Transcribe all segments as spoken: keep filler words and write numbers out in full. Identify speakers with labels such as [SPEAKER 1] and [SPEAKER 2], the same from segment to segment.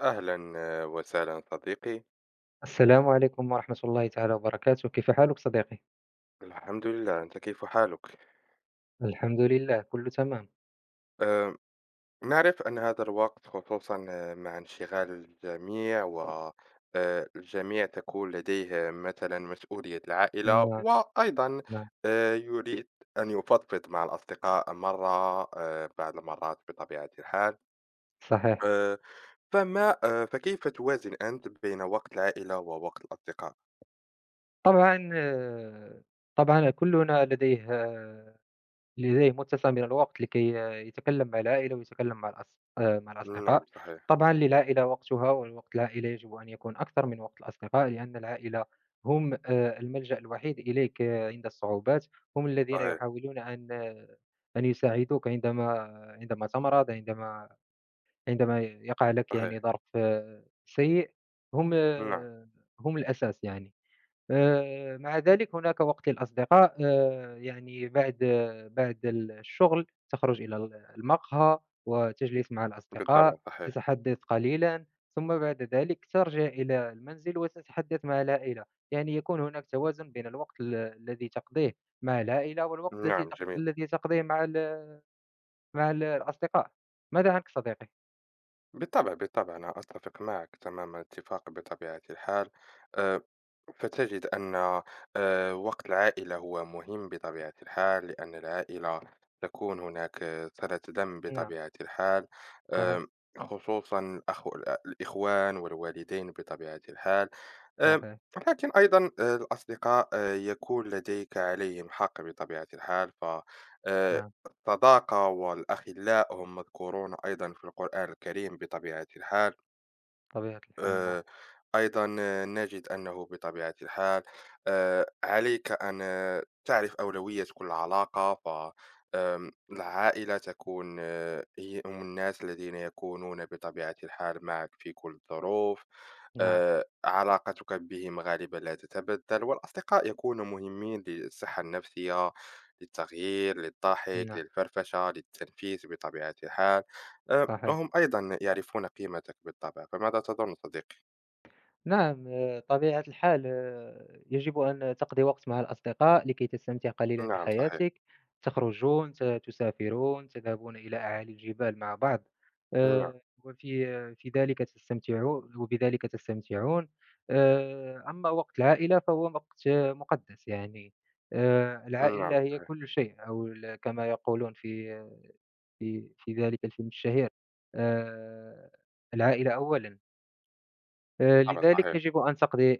[SPEAKER 1] أهلا آه، وسهلا صديقي.
[SPEAKER 2] السلام عليكم ورحمة الله تعالى وبركاته، كيف حالك صديقي؟
[SPEAKER 1] الحمد لله، أنت كيف حالك؟
[SPEAKER 2] الحمد لله كله تمام،
[SPEAKER 1] أه، نعرف أن هذا الوقت خصوصا آه، مع انشغال الجميع، والجميع تكون لديه مثلا مسؤولية العائلة،
[SPEAKER 2] نعم،
[SPEAKER 1] وأيضا
[SPEAKER 2] نعم،
[SPEAKER 1] أه، يريد أن يفضفض مع الأصدقاء مرة، أه، بعض المرات بطبيعة الحال.
[SPEAKER 2] صحيح،
[SPEAKER 1] أه، فما أه، فكيف توازن أنت بين وقت العائلة ووقت الأصدقاء؟
[SPEAKER 2] طبعًا آه، طبعًا كلنا لديه آه، لديه متسع من الوقت لكي آه، يتكلم مع العائلة ويتكلم مع الأص آه، مع
[SPEAKER 1] نعم،
[SPEAKER 2] الأصدقاء،
[SPEAKER 1] صحيح.
[SPEAKER 2] طبعًا للعائلة وقتها والوقت العائلة يجب أن يكون أكثر من وقت الأصدقاء، لأن العائلة هم آآ الملجأ الوحيد إليك آه، عند الصعوبات، هم الذين
[SPEAKER 1] صحيح،
[SPEAKER 2] يحاولون أن آه، أن يساعدوك عندما عندما تمرض، عندما عندما يقع لك يعني
[SPEAKER 1] صحيح.
[SPEAKER 2] ظرف آه، سيء. هم
[SPEAKER 1] نعم،
[SPEAKER 2] آه، هم الأساس يعني. آآ، مع ذلك هناك وقت للأصدقاء آآ، يعني بعد آه، بعد الشغل تخرج إلى ال المقهى وتجلس مع
[SPEAKER 1] بالطبع.
[SPEAKER 2] الأصدقاء،
[SPEAKER 1] صحيح.
[SPEAKER 2] تتحدث قليلًا، ثم بعد ذلك ترجع إلى المنزل وتتحدث مع العائلة، يعني يكون هناك توازن بين الوقت ال الذي تقضيه مع العائلة والوقت الذي
[SPEAKER 1] نعم،
[SPEAKER 2] تق
[SPEAKER 1] جميل.
[SPEAKER 2] الذي تقضيه مع ال مع ال الأصدقاء. ماذا عنك صديقي؟
[SPEAKER 1] بالطبع، بالطبع، أنا أتفق معك تمام الاتفاق بطبيعة الحال. آآ، فتجد أن آآ، وقت العائلة هو مهم بطبيعة الحال، لأن العائلة تكون هناك صلة دم
[SPEAKER 2] نعم،
[SPEAKER 1] بطبيعة الحال.
[SPEAKER 2] صحيح.
[SPEAKER 1] آمم، خصوصًا الأخ الأ الإخوان والوالدين بطبيعة الحال. آمم،
[SPEAKER 2] صحيح،
[SPEAKER 1] لكن أيضًا، آآ، الأصدقاء آآ، يكون لديك عليهم حق بطبيعة الحال. ف آآ
[SPEAKER 2] نعم،
[SPEAKER 1] الصداقة والأخلاء هم مذكورون أيضًا في القرآن الكريم بطبيعة الحال.
[SPEAKER 2] طبيعة الحال نعم،
[SPEAKER 1] آآ، أيضًا آه، نجد أنه بطبيعة الحال آآ، عليك أن آه، تعرف أولوية كل علاقة. ف آمم، العائلة تكون آه، هي هم الناس الذين يكونون بطبيعة الحال معك في كل الظروف.
[SPEAKER 2] نعم،
[SPEAKER 1] آآ، علاقتك بهم غالبًا لا تتبدل، والأصدقاء يكونوا مهمين للصحة النفسية، للتغيير، للضحك،
[SPEAKER 2] نعم،
[SPEAKER 1] للفرفشة، للتنفيس بطبيعة الحال. آآ
[SPEAKER 2] صحيح،
[SPEAKER 1] هم أيضًا يعرفون قيمتك بالطبع. فماذا تظُن صديقي؟
[SPEAKER 2] نعم، آه، طبيعة الحال آه، يجب أن تقضي وقت مع الأصدقاء لكي تستمتع قليلًا
[SPEAKER 1] نعم، صحيح.
[SPEAKER 2] بحياتك، تخرجون، ت تسافرون، تذهبون إلى أعالي الجبال مع بعض،
[SPEAKER 1] نعم.
[SPEAKER 2] آآ، وفي آه، في ذلك تستمتعون وبذلك تستمتعون، آآ، أما وقت العائلة فهو وقت آه، مقدس يعني، آآ،
[SPEAKER 1] نعم،
[SPEAKER 2] العائلة هي
[SPEAKER 1] صحيح.
[SPEAKER 2] كل شيء أو ال كما يقولون في في في ذلك الفيلم الشهير. آآ العائلة أولًا، آآ
[SPEAKER 1] طبعًا،
[SPEAKER 2] لذلك
[SPEAKER 1] صحيح.
[SPEAKER 2] يجب أن تقضي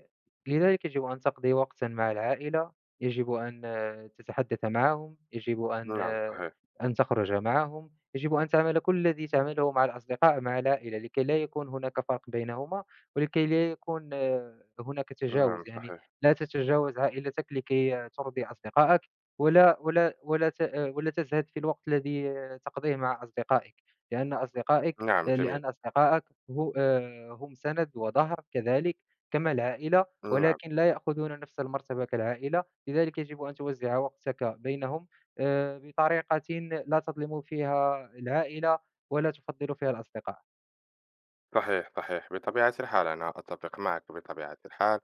[SPEAKER 2] لذلك يجب أن تقضي وقتًا مع العائلة، يجب أن آه، تتحدث معهم، يجب أن
[SPEAKER 1] نعم،
[SPEAKER 2] آه،
[SPEAKER 1] صحيح.
[SPEAKER 2] أن تخرج معهم، يجب أن تعمل كل الذي تعمله مع الأصدقاء مع العائلة لكي لا يكون هناك فرق بينهما، ولكي لا يكون آه، هناك
[SPEAKER 1] نعم،
[SPEAKER 2] تجاوز، يعني
[SPEAKER 1] صحيح.
[SPEAKER 2] لا تتجاوز عائلتك لكي آه، ترضي أصدقائك، ولا ولا ولا ت آه، ولا تزهد في الوقت الذي آه، تقضيه مع أصدقائك، لأن أصدقائك
[SPEAKER 1] نعم، جميل.
[SPEAKER 2] لأن أصدقائك هو آآ هم سند وظهر كذلك كما العائلة،
[SPEAKER 1] نعم،
[SPEAKER 2] ولكن لا يأخذون نفس المرتبة كالعائلة، لذلك يجب أن توزّع وقتك بينهم آآ بطريقة لا تظلم فيها العائلة ولا تفضّل فيها الأصدقاء.
[SPEAKER 1] صحيح، صحيح، بطبيعة الحال أنا أتّفق معك بطبيعة الحال.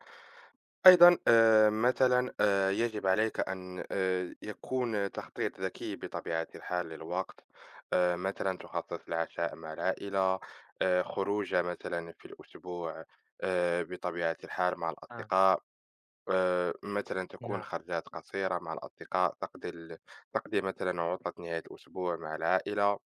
[SPEAKER 1] أيضًا آآ مثلًا آآ يجب عليك أن آآ يكون تخطيط ذكي بطبيعة الحال للوقت. آآ مثلًا تخصّص العشاء مع العائلة، آآ خروجة مثلًا في الأسبوع، آآ بطبيعة الحال مع
[SPEAKER 2] نعم،
[SPEAKER 1] الأصدقاء. آآ، مثلًا تكون
[SPEAKER 2] نعم،
[SPEAKER 1] خرجات قصيرة مع الأصدقاء، تقضي ال تقضي مثلًا عطلة نهاية الأسبوع مع العائلة.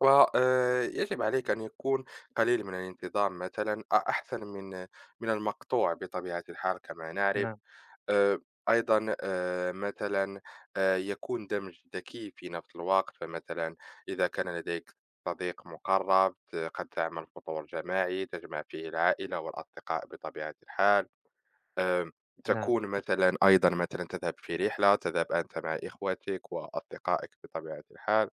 [SPEAKER 1] وآآ، يجب عليك أن يكون قليل من الانتظام مثلًا، أ أحسن من من المقطوع بطبيعة الحال كما نعرف.
[SPEAKER 2] نعم،
[SPEAKER 1] آآ، أيضًا آآ، مثلًا آآ، يكون دمج ذكي في نفس الوقت. فمثلًا إذا كان لديك صديق مقرب، ت قد تعمل فطور جماعي تجمع فيه العائلة والأصدقاء بطبيعة الحال. آمم،
[SPEAKER 2] نعم،
[SPEAKER 1] تكون مثلًا أيضًا مثلًا تذهب في رحلة، تذهب أنت مع إخوتك وأصدقائك بطبيعة الحال.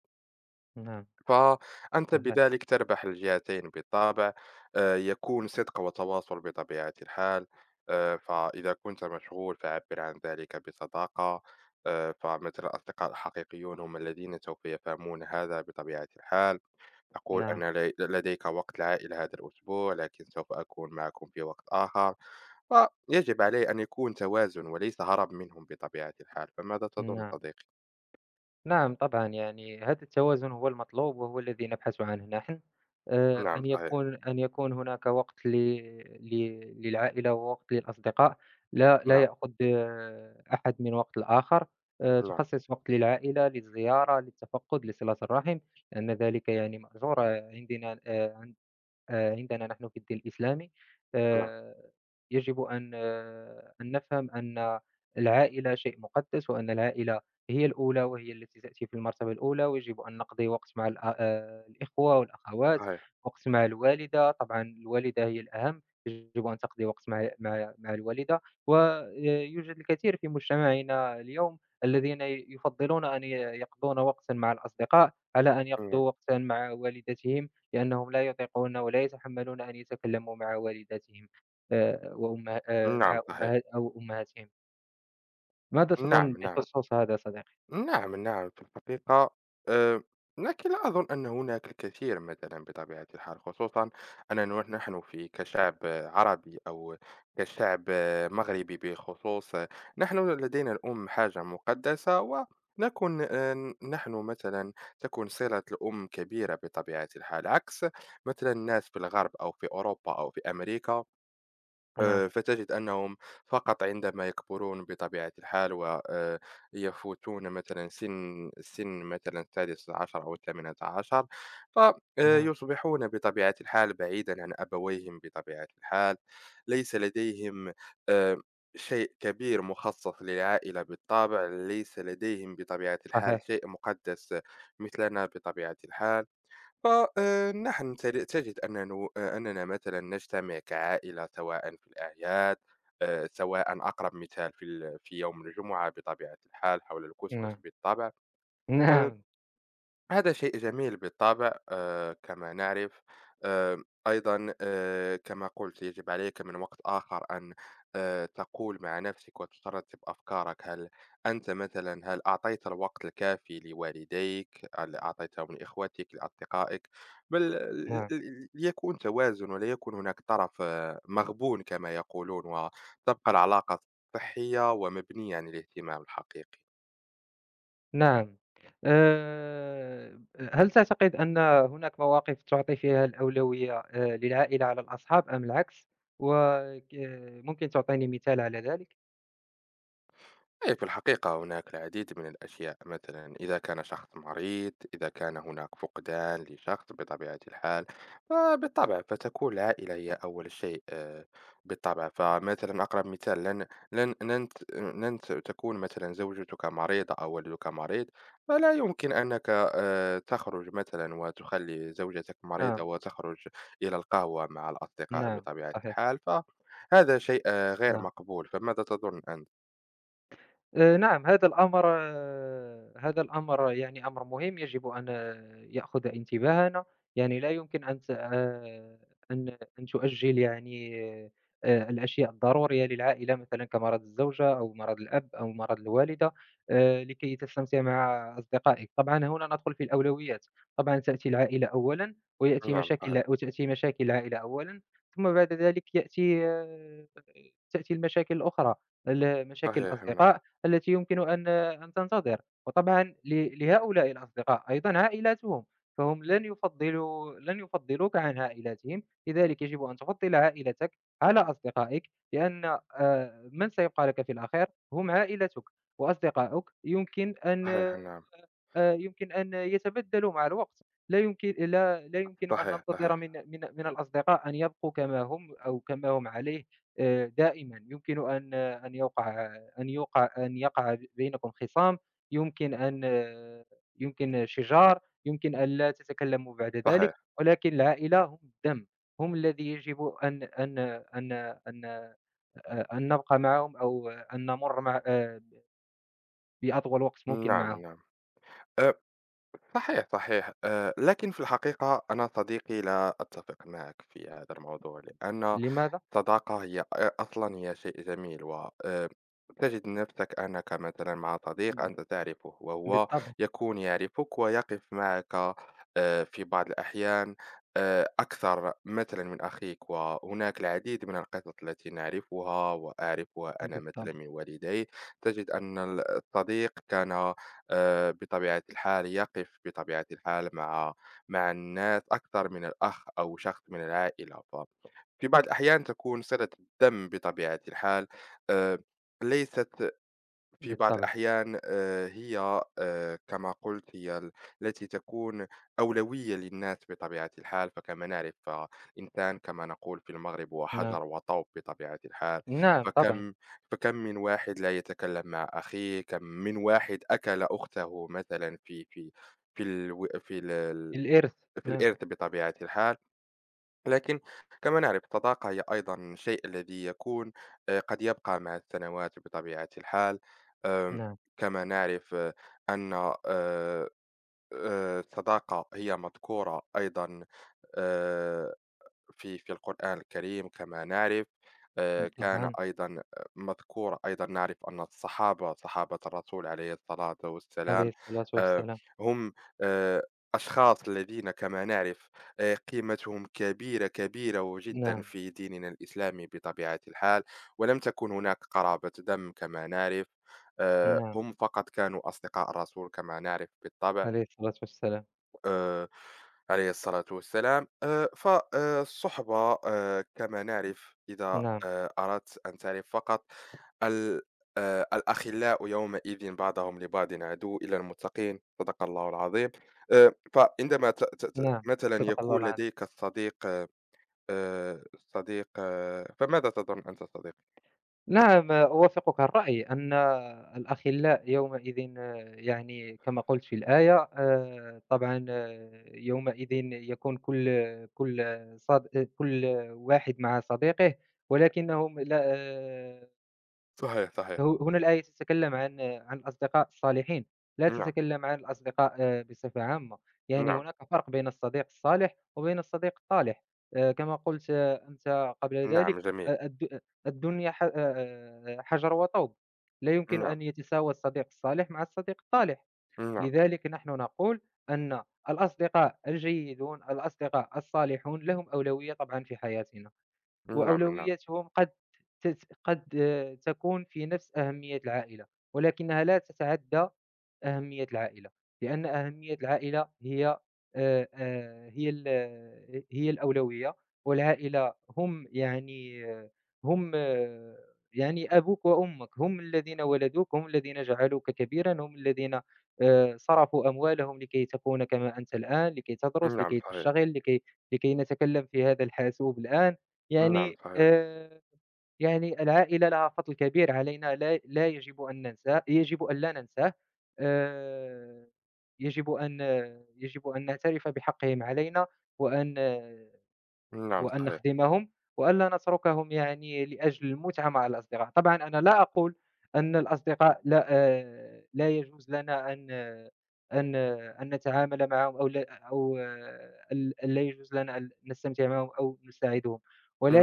[SPEAKER 2] نعم،
[SPEAKER 1] فأنت
[SPEAKER 2] صحيح،
[SPEAKER 1] بذلك تربح الجهتين بالطبع. آآ، يكون صدق وتواصل بطبيعة الحال. آآ، فإذا كنت مشغول فعبّر عن ذلك بصداقة. آآ، فمثلًا الأصدقاء الحقيقيون هم الذين سوف يفهمون هذا بطبيعة الحال، تقول
[SPEAKER 2] نعم،
[SPEAKER 1] أن لي لديك وقت العائلة هذا الأسبوع، لكن سوف أكون معكم في وقت آخر. فيجب عليه أن يكون توازن وليس هرب منهم بطبيعة الحال. فماذا تظن
[SPEAKER 2] نعم.
[SPEAKER 1] صديقي؟
[SPEAKER 2] نعم طبعا يعني هذا التوازن هو المطلوب وهو الذي نبحث عنه نحن، آه،
[SPEAKER 1] نعم،
[SPEAKER 2] أن
[SPEAKER 1] صحيح.
[SPEAKER 2] يكون أن يكون هناك وقت ل... ل... للعائلة ووقت للأصدقاء، لا لا
[SPEAKER 1] نعم،
[SPEAKER 2] يأخذ آه، أحد من وقت الآخر، آه،
[SPEAKER 1] نعم،
[SPEAKER 2] تخصص وقت للعائلة للزيارة للتفقد لصلة الرحم لأن ذلك يعني مأجور عندنا آه، آآ عندنا نحن في الدين الإسلامي.
[SPEAKER 1] نعم،
[SPEAKER 2] آآ يجب أن آه، أن نفهم أن العائلة شيء مقدس، وأن العائلة هي الأولى وهي التي تأتي في المرتبة الأولى، ويجب أن نقضي وقت مع الأ آآ الإخوة والأخوات،
[SPEAKER 1] صحيح.
[SPEAKER 2] وقت مع الوالدة، طبعًا الوالدة هي الأهم، يجب أن تقضي وقت مع مع مع الوالدة، ويوجد الكثير في مجتمعنا اليوم الذين يفضلون أن ي يقضون وقتًا مع الأصدقاء على أن
[SPEAKER 1] نعم،
[SPEAKER 2] يقضوا وقتًا مع والدتهم. لأنهم لا يطيقون ولا يتحملون أن يتكلموا مع والداتهم آآ وأمها آآ
[SPEAKER 1] نعم،
[SPEAKER 2] مع
[SPEAKER 1] صحيح.
[SPEAKER 2] أمها أو أمهاتهم. ماذا تظن
[SPEAKER 1] نعم، نعم.
[SPEAKER 2] بخصوص هذا صديقي؟
[SPEAKER 1] نعم، نعم، في الحقيقة آآ، لكن لا أظن أن هناك الكثير مثلًا بطبيعة الحال، خصوصًا أننا نحن في كشعب عربي أو كشعب مغربي بخصوص. نحن لدينا الأم حاجة مقدسة، ونكون آآ، نحن مثلًا تكون صلة الأم كبيرة بطبيعة الحال، عكس مثلًا الناس في الغرب أو في أوروبا أو في أمريكا. آآ،
[SPEAKER 2] نعم،
[SPEAKER 1] فتجد أنهم فقط عندما يكبرون بطبيعة الحال و آآ، يفوتون مثلًا سن سن مثلًا السادس عشر أو الثامنة عشر. ف آآ،
[SPEAKER 2] نعم،
[SPEAKER 1] يصبحون بطبيعة الحال بعيدًا عن أبويهم بطبيعة الحال. ليس لديهم آآ، شيء كبير مخصص للعائلة بالطبع، ليس لديهم بطبيعة الحال
[SPEAKER 2] صحيح،
[SPEAKER 1] شيء مقدس مثلنا بطبيعة الحال. فنحن تجد أننا أننا مثلا نجتمع كعائلة، سواء في الأعياد، آه، سواء أقرب مثال في ال- في يوم الجمعة بطبيعة الحال حول الكسكس
[SPEAKER 2] نعم،
[SPEAKER 1] بالطبع.
[SPEAKER 2] نعم،
[SPEAKER 1] هذا شيء جميل بالطبع، آه، كما نعرف. آه، أيضا آه، كما قلت يجب عليك من وقت آخر أن آه، تقول مع نفسك وترتب أفكارك: هل أنت مثلا، هل أعطيت الوقت الكافي لوالديك، هل أعطيته من إخوتك لأصدقائك. بل
[SPEAKER 2] نعم،
[SPEAKER 1] يكون توازن، ولا يكون هناك طرف آه، مغبون كما يقولون، وتبقى العلاقة صحية ومبنية عن الاهتمام الحقيقي.
[SPEAKER 2] نعم. آآ هل تعتقد أن هناك مواقف تعطي فيها الأولوية آآ للعائلة على الأصحاب أم العكس؟ وك ممكن تعطيني مثال على ذلك؟
[SPEAKER 1] أي في الحقيقة هناك العديد من الأشياء، مثلا إذا كان شخص مريض، إذا كان هناك فقدان لشخص بطبيعة الحال، فبالطبع فتكون العائلة هي أول شيء. آه، بالطبع فمثلا أقرب مثال، لن لن لن ت- لن ت- تكون مثلا زوجتك مريضة أو ولدك مريض. فلا يمكن أنك آه، تخرج مثلا وتخلي زوجتك مريضة
[SPEAKER 2] نعم،
[SPEAKER 1] وتخرج إلى القهوة مع الأصدقاء
[SPEAKER 2] نعم،
[SPEAKER 1] بطبيعة
[SPEAKER 2] صحيح،
[SPEAKER 1] الحال. فهذا شيء آه، غير
[SPEAKER 2] نعم.
[SPEAKER 1] مقبول. فماذا تظن أنت؟
[SPEAKER 2] آآ نعم، هذا الأمر آه، هذا الأمر يعني أمر مهم يجب أن آه، يأخذ انتباهنا، يعني لا يمكن أن ت آآ أن أن تؤجّل يعني آآ الأشياء الضرورية للعائلة مثلًا كمرض الزوجة أو مرض الأب أو مرض الوالدة آآ لكي تستمتع مع أصدقائك، طبعًا هنا ندخل في الأولويات، طبعًا تأتي العائلة أولًا، ويأتي
[SPEAKER 1] نعم،
[SPEAKER 2] مشاكل
[SPEAKER 1] صحيح،
[SPEAKER 2] وتأتي مشاكل العائلة أولًا، ثم بعد ذلك يأتي آه، تأتي المشاكل الأخرى، ال مشاكل
[SPEAKER 1] صحيح. نعم،
[SPEAKER 2] الأصدقاء التي يمكن أن أن تنتظر. وطبعًا ل لهؤلاء الأصدقاء أيضًا عائلاتهم، فهم لن يفضّلوا لن يفضّلوك عن عائلاتهم، لذلك يجب أن تفضّل عائلتك على أصدقائك، لأن آآ من سيبقى لك في الأخير هم عائلتك، وأصدقاؤك يمكن
[SPEAKER 1] صحيح.
[SPEAKER 2] أن
[SPEAKER 1] نعم،
[SPEAKER 2] آآ يمكن أن يتبدّلوا مع الوقت، لا يمكن لا لا يمكن أن
[SPEAKER 1] صحيح، صحيح،
[SPEAKER 2] ننتظر من من من الأصدقاء أن يبقوا كما هم أو كما هم عليه آآ دائمًا، يمكن أن أن يوقع أن يوقع أن يقع بينكم خِصام، يمكن أن آه، يمكن شِجار، يمكن أن لا تتكلّموا بعد
[SPEAKER 1] صحيح.
[SPEAKER 2] ذلك، ولكن العائلة هم الدم، هم الذي يجب أن أن أن أن آآ أن نبقى معهم أو آه، أن نمُر مع آآ بأطول وقت ممكن
[SPEAKER 1] نعم،
[SPEAKER 2] معهم.
[SPEAKER 1] نعم. آآ، صحيح، صحيح. آآ، لكن في الحقيقة أنا صديقي لا أتفق معك في هذا الموضوع، لأن
[SPEAKER 2] لماذا؟
[SPEAKER 1] الصداقة هي أ أصلًا هي شيء جميل، و آآ، تجد نفسك أنك مثلًا مع صديق أنت تعرفه وهو
[SPEAKER 2] بالطبع.
[SPEAKER 1] يكون يعرفك ويقف معك آآ، في بعض الأحيان آآ، أكثر مثلًا من أخيك. وهناك العديد من القصص التي نعرفها وأعرفها أنا
[SPEAKER 2] بالطبع،
[SPEAKER 1] مثلًا من والدي. تجد أن ال الصديق كان آآ بطبيعة الحال يقف بطبيعة الحال مع مع الناس أكثر من الأخ أو شخص من العائلة. ففي بعض الأحيان تكون صلة الدم بطبيعة الحال آآ ليست في بعض
[SPEAKER 2] بالطبع،
[SPEAKER 1] الأحيان، آه، هي آه، كما قلت هي ال- التي تكون أولوية للناس بطبيعة الحال. فكما نعرف فالإنسان كما نقول في المغرب هو
[SPEAKER 2] نعم،
[SPEAKER 1] حجر وطوب بطبيعة الحال.
[SPEAKER 2] نعم طبعًا،
[SPEAKER 1] فكم فكم من واحد لا يتكلم مع أخيه، كم من واحد أكل أخته مثلا في في في الو- في ال-
[SPEAKER 2] الإرث،
[SPEAKER 1] في
[SPEAKER 2] نعم،
[SPEAKER 1] الإرث بطبيعة الحال. لكن كما نعرف الطاقة هي أيضا الشيء الذي يكون، آه، قد يبقى مع السنوات بطبيعة الحال. آم،
[SPEAKER 2] نعم،
[SPEAKER 1] كما نعرف آه، أن آه، آه، الصداقة هي مذكورة أيضا آه، في في القرآن الكريم كما نعرف. آه، كان
[SPEAKER 2] طبعًا،
[SPEAKER 1] أيضا آه، مذكور أيضا. نعرف أن الصحابة صحابة الرسول عليه الصلاة
[SPEAKER 2] عليه
[SPEAKER 1] والسلام،
[SPEAKER 2] الصلاة
[SPEAKER 1] آه،
[SPEAKER 2] والسلام،
[SPEAKER 1] هم آه، أشخاص الذين كما نعرف آه، قيمتهم كبيرة كبيرة جدا
[SPEAKER 2] نعم،
[SPEAKER 1] في ديننا الإسلامي بطبيعة الحال. ولم تكن هناك قرابة دم كما نعرف. آه،
[SPEAKER 2] نعم،
[SPEAKER 1] هم فقط كانوا أصدقاء الرسول كما نعرف بالطبع.
[SPEAKER 2] عليه الصلاة والسلام،
[SPEAKER 1] آآ عليه الصلاة والسلام. آآ ف آآ الصُحبة، آآ كما نعرف، إذا
[SPEAKER 2] نعم،
[SPEAKER 1] آآ أردت أن تعرف فقط ال آآ "الأخلاء يومئذ بعضهم لبعض عدو إلا المتقين." صدق الله العظيم. آآ فعندما ت ت ت
[SPEAKER 2] نعم،
[SPEAKER 1] مثلًا
[SPEAKER 2] صدق الله
[SPEAKER 1] يكون
[SPEAKER 2] العظيم،
[SPEAKER 1] لديك صديق، آآ صديق. آه، فماذا تظُن أنت صديقي؟
[SPEAKER 2] نعم، أوافقك الرأي أن الأخلاء يومئذ آه، يعني كما قلت في الآية آآ، طبعًا آه، يومئذ يكون كل كل صد كل واحد مع صديقه، ولكنهم لا آه،
[SPEAKER 1] صحيح، صحيح.
[SPEAKER 2] هو- هنا الآية تتكلم عن عن الأصدقاء الصالحين، لا
[SPEAKER 1] نعم،
[SPEAKER 2] تتكلم عن الأصدقاء آآ، بصفة عامة، يعني
[SPEAKER 1] نعم.
[SPEAKER 2] هناك فرق بين الصديق الصالح وبين الصديق الطالح، آآ، كما قلت آه، أنت قبل
[SPEAKER 1] نعم،
[SPEAKER 2] ذلك،
[SPEAKER 1] جميل.
[SPEAKER 2] آآ، الد الدنيا ح آآ، حجر وطوب، لا يمكن
[SPEAKER 1] نعم،
[SPEAKER 2] أن يتساوى الصديق الصالح مع الصديق الطالح،
[SPEAKER 1] نعم،
[SPEAKER 2] لذلك نحن نقول أن الأصدقاء الجيدون، الأصدقاء الصالحون لهم أولوية طبعًا في حياتنا.
[SPEAKER 1] نعم، نعم.
[SPEAKER 2] وأولوياتهم قد تت قد آه، تكون في نفس أهمية العائلة، ولكنها لا تتعدى أهمية العائلة، لأن أهمية العائلة هي آآ، آآ، هي ال هي الأولوية، والعائلة هم يعني آه، هم آه، يعني أبوك وأمك، هم الذين ولدوك، هم الذين جعلوك كبيرًا، هم الذين آآ، صرفوا أموالهم لكي تكون كما أنت الآن، لكي تدرس،
[SPEAKER 1] نعم،
[SPEAKER 2] لكي
[SPEAKER 1] صحيح.
[SPEAKER 2] تشتغل، لكي لكي نتكلم في هذا الحاسوب الآن.
[SPEAKER 1] نعم،
[SPEAKER 2] يعني
[SPEAKER 1] صحيح.
[SPEAKER 2] آآ يعني العائلة لها فضل كبير علينا، لا لا يجب أن ننساه، يجب أن لا ننساه، آآ يجب أن يجب أن نعترف بحقهم علينا، وأن
[SPEAKER 1] نعم،
[SPEAKER 2] وأن
[SPEAKER 1] صحيح.
[SPEAKER 2] نخدمهم وألا نتركهم يعني لأجل المتعة مع الأصدقاء. طبعًا أنا لا أقول أن الأصدقاء لا آآ لا يجوز لنا أن أن أن نتعامل معهم أو لا أو آه، ال لا يجوز لنا أن نستمتع معهم أو نساعدهم،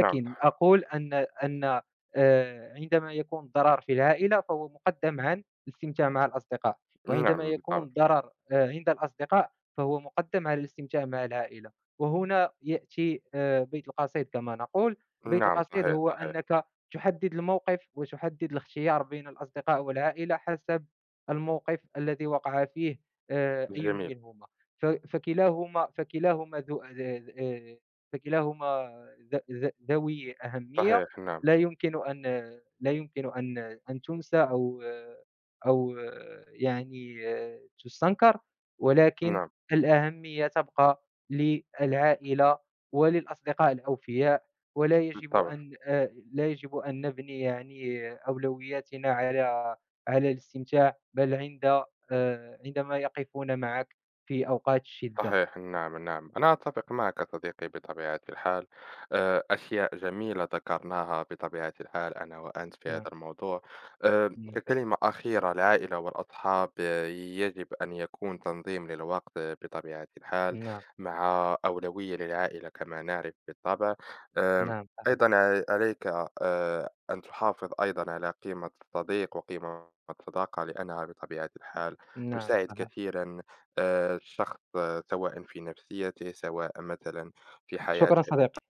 [SPEAKER 1] نعم، صحيح.
[SPEAKER 2] أقول أن أن آآ عندما يكون ضرر في العائلة فهو مُقدَّم عن الاستمتاع مع الأصدقاء، وعندما
[SPEAKER 1] نعم، بالطبع.
[SPEAKER 2] يكون ضرر آآ عند الأصدقاء فهو مُقدَّم على الاستمتاع مع العائلة، وهنا يأتي آآ بيت القصيد كما نقول، بيت
[SPEAKER 1] نعم،
[SPEAKER 2] القصيد
[SPEAKER 1] صحيح،
[SPEAKER 2] هو
[SPEAKER 1] صحيح،
[SPEAKER 2] أنك تحدد الموقف وتحدد الاختيار بين الأصدقاء والعائلة حسب الموقف الذي وقع فيه. آآ أي
[SPEAKER 1] جميل،
[SPEAKER 2] منهما، ف فكلاهما فكلاهما ذو آآ فكلاهما ذ ذ ذوي أهمية،
[SPEAKER 1] صحيح. نعم،
[SPEAKER 2] لا يمكن أن لا يمكن أن أن تُنسى أو أو آه، يعني آه، تُستنكر، ولكن
[SPEAKER 1] نعم،
[SPEAKER 2] الأهمية تبقى للعائلة وللأصدقاء الأوفياء، ولا يجب
[SPEAKER 1] بالطبع.
[SPEAKER 2] أن آآ، لا يجب أن نبني يعني أولوياتنا على على الاستمتاع، بل عند آآ، عندما يقفون معك في أوقات الشدة.
[SPEAKER 1] صحيح. نعم، نعم، أنا أتفق معك صديقي بطبيعة الحال. آه، أشياء جميلة ذكرناها بطبيعة الحال أنا وأنت في هذا
[SPEAKER 2] نعم،
[SPEAKER 1] الموضوع. آه،
[SPEAKER 2] نعم،
[SPEAKER 1] ككلمة أخيرة، العائلة والأصحاب آه، يجب أن يكون تنظيم للوقت آه، بطبيعة الحال،
[SPEAKER 2] نعم،
[SPEAKER 1] مع أولوية للعائلة كما نعرف بالطبع. آم،
[SPEAKER 2] نعم صحيح،
[SPEAKER 1] أيضا ع- عليك آه، أن تحافظ أيضا على قيمة الصديق وقيمة الصداقة، لأنها بطبيعة الحال
[SPEAKER 2] نعم
[SPEAKER 1] تساعد
[SPEAKER 2] صحيح.
[SPEAKER 1] كثيرا آآ الشخص، آه، سواءً في نفسيته، سواء مثلًا في
[SPEAKER 2] شكرًا
[SPEAKER 1] حياته
[SPEAKER 2] صديقي.